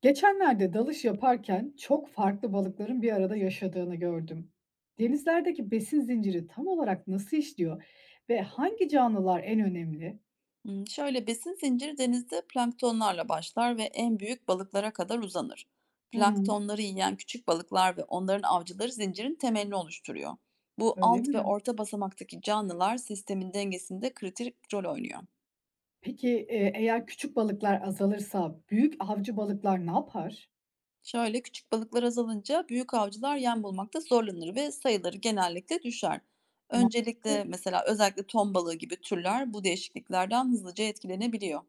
Geçenlerde dalış yaparken çok farklı balıkların bir arada yaşadığını gördüm. Denizlerdeki besin zinciri tam olarak nasıl işliyor ve hangi canlılar en önemli? Şöyle besin zinciri denizde planktonlarla başlar ve en büyük balıklara kadar uzanır. Hı hı. Planktonları yiyen küçük balıklar ve onların avcıları zincirin temelini oluşturuyor. Bu Öyle alt ve mi? orta basamaktaki canlılar sistemin dengesinde kritik rol oynuyor. Peki eğer küçük balıklar azalırsa büyük avcı balıklar ne yapar? Şöyle küçük balıklar azalınca büyük avcılar yem bulmakta zorlanır ve sayıları genellikle düşer. Mantıklı. Öncelikle mesela özellikle ton balığı gibi türler bu değişikliklerden hızlıca etkilenebiliyor.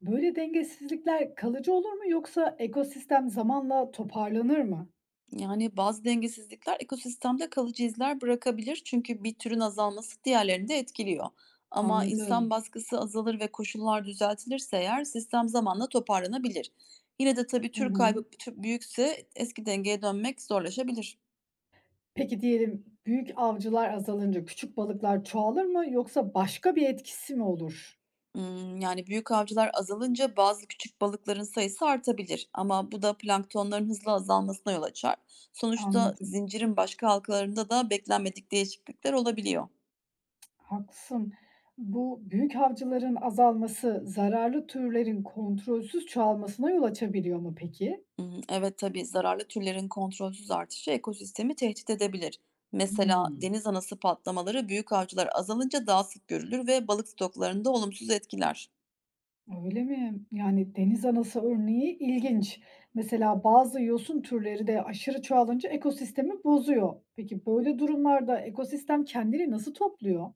Böyle dengesizlikler kalıcı olur mu yoksa ekosistem zamanla toparlanır mı? Yani bazı dengesizlikler ekosistemde kalıcı izler bırakabilir çünkü bir türün azalması diğerlerini de etkiliyor. Ama Anladım. insan baskısı azalır ve koşullar düzeltilirse eğer sistem zamanla toparlanabilir. Yine de tabii Hı tür hı. kaybı büyükse eski dengeye dönmek zorlaşabilir. Peki diyelim büyük avcılar azalınca küçük balıklar çoğalır mı yoksa başka bir etkisi mi olur? Yani büyük avcılar azalınca bazı küçük balıkların sayısı artabilir ama bu da planktonların hızlı azalmasına yol açar. Sonuçta Anladım. zincirin başka halkalarında da beklenmedik değişiklikler olabiliyor. Haklısın. Bu büyük avcıların azalması zararlı türlerin kontrolsüz çoğalmasına yol açabiliyor mu peki? Evet, tabii, zararlı türlerin kontrolsüz artışı ekosistemi tehdit edebilir. Mesela Hmm, deniz anası patlamaları büyük avcılar azalınca daha sık görülür ve balık stoklarını da olumsuz etkiler. öyle mi? Yani deniz anası örneği ilginç. Mesela bazı yosun türleri de aşırı çoğalınca ekosistemi bozuyor. Peki böyle durumlarda ekosistem kendini nasıl topluyor?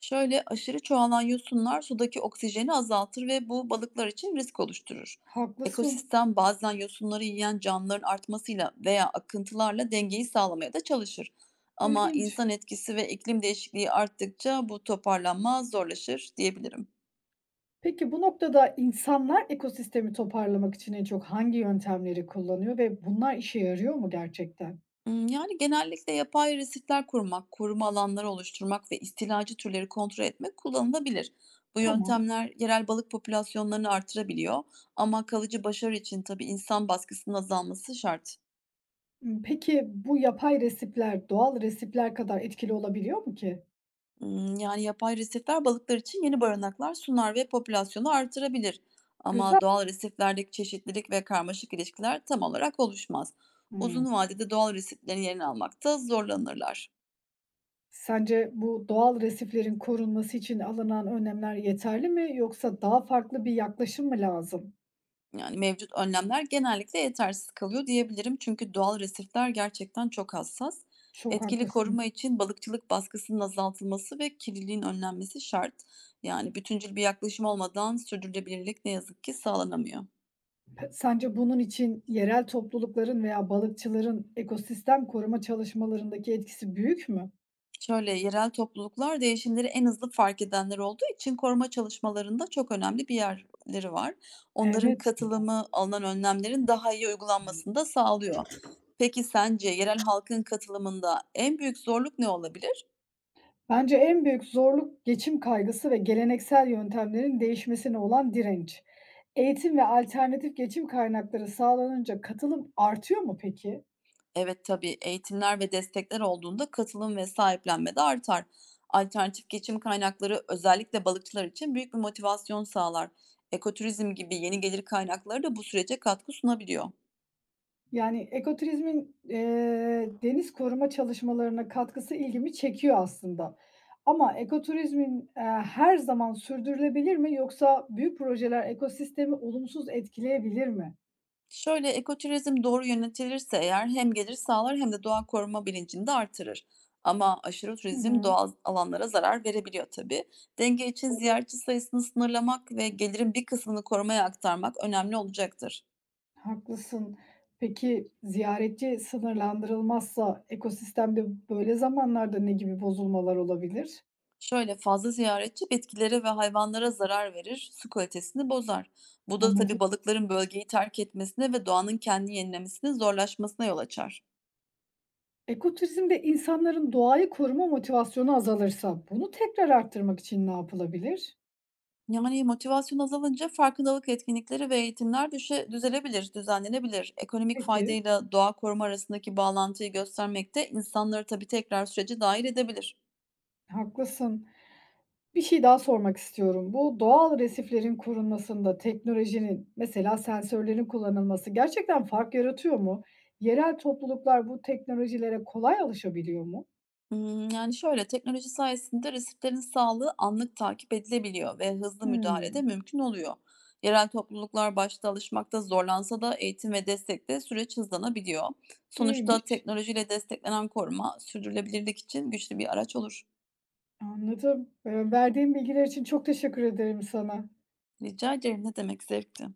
Şöyle, aşırı çoğalan yosunlar sudaki oksijeni azaltır ve bu balıklar için risk oluşturur. Haklısın. Ekosistem bazen yosunları yiyen canlıların artmasıyla veya akıntılarla dengeyi sağlamaya da çalışır. Ama İlginç. insan etkisi ve iklim değişikliği arttıkça bu toparlanma zorlaşır diyebilirim. Peki bu noktada insanlar ekosistemi toparlamak için en çok hangi yöntemleri kullanıyor ve bunlar işe yarıyor mu gerçekten? Yani, genellikle yapay resifler kurmak, koruma alanları oluşturmak ve istilacı türleri kontrol etmek kullanılabilir. Bu Tamam. yöntemler yerel balık popülasyonlarını artırabiliyor ama kalıcı başarı için tabii insan baskısının azalması şart. Peki bu yapay resipler doğal resipler kadar etkili olabiliyor mu ki? Yani, yapay resifler balıklar için yeni barınaklar sunar ve popülasyonu artırabilir. Güzel. Ama doğal resiflerdeki çeşitlilik ve karmaşık ilişkiler tam olarak oluşmaz. Hımm. Uzun vadede doğal resiflerin yerini almakta zorlanırlar. Sence bu doğal resiflerin korunması için alınan önlemler yeterli mi yoksa daha farklı bir yaklaşım mı lazım? Yani, mevcut önlemler genellikle yetersiz kalıyor diyebilirim. Çünkü doğal resifler gerçekten çok hassas. Çok Etkili haklısın. koruma için balıkçılık baskısının azaltılması ve kirliliğin önlenmesi şart. Yani bütüncül bir yaklaşım olmadan sürdürülebilirlik ne yazık ki sağlanamıyor. Pe sence bunun için yerel toplulukların veya balıkçıların ekosistem koruma çalışmalarındaki etkisi büyük mü? Şöyle, yerel topluluklar değişimleri en hızlı fark edenler olduğu için koruma çalışmalarında çok önemli bir yerleri var. Onların Evet. katılımı alınan önlemlerin daha iyi uygulanmasını da sağlıyor. Peki sence yerel halkın katılımında en büyük zorluk ne olabilir? Bence en büyük zorluk geçim kaygısı ve geleneksel yöntemlerin değişmesine olan direnç. Eğitim ve alternatif geçim kaynakları sağlanınca katılım artıyor mu peki? Evet tabii eğitimler ve destekler olduğunda katılım ve sahiplenme de artar. Alternatif geçim kaynakları özellikle balıkçılar için büyük bir motivasyon sağlar. Ekoturizm gibi yeni gelir kaynakları da bu sürece katkı sunabiliyor. Yani ekoturizmin deniz koruma çalışmalarına katkısı ilgimi çekiyor aslında. Ama ekoturizmin her zaman sürdürülebilir mi yoksa büyük projeler ekosistemi olumsuz etkileyebilir mi? Şöyle, ekoturizm doğru yönetilirse eğer hem gelir sağlar hem de doğa koruma bilincini de artırır. Ama aşırı Hı turizm hı. doğal alanlara zarar verebiliyor tabii. Denge için Doğru. ziyaretçi sayısını sınırlamak ve gelirin bir kısmını korumaya aktarmak önemli olacaktır. Haklısın. Peki ziyaretçi sınırlandırılmazsa ekosistemde böyle zamanlarda ne gibi bozulmalar olabilir? Şöyle fazla ziyaretçi bitkilere ve hayvanlara zarar verir, su kalitesini bozar. Bu da Anladım. tabii balıkların bölgeyi terk etmesine ve doğanın kendi yenilemesinin zorlaşmasına yol açar. Ekoturizmde insanların doğayı koruma motivasyonu azalırsa bunu tekrar arttırmak için ne yapılabilir? Yani, motivasyon azalınca farkındalık etkinlikleri ve eğitimler düzelebilir, düzenlenebilir. Ekonomik Peki, faydayla doğa koruma arasındaki bağlantıyı göstermek de insanları tabii tekrar sürece dâhil edebilir. haklısın. Bir şey daha sormak istiyorum. Bu doğal resiflerin korunmasında teknolojinin, mesela sensörlerin kullanılması gerçekten fark yaratıyor mu? Yerel topluluklar bu teknolojilere kolay alışabiliyor mu? Yani, şöyle, teknoloji sayesinde resiplerin sağlığı anlık takip edilebiliyor ve hızlı müdahale Hmm, de mümkün oluyor. Yerel topluluklar başta alışmakta zorlansa da eğitim ve destekle süreç hızlanabiliyor. Sonuçta iyiymiş. teknolojiyle desteklenen koruma sürdürülebilirlik için güçlü bir araç olur. Anladım. Verdiğin bilgiler için çok teşekkür ederim sana. Rica ederim, ne demek, zevkti.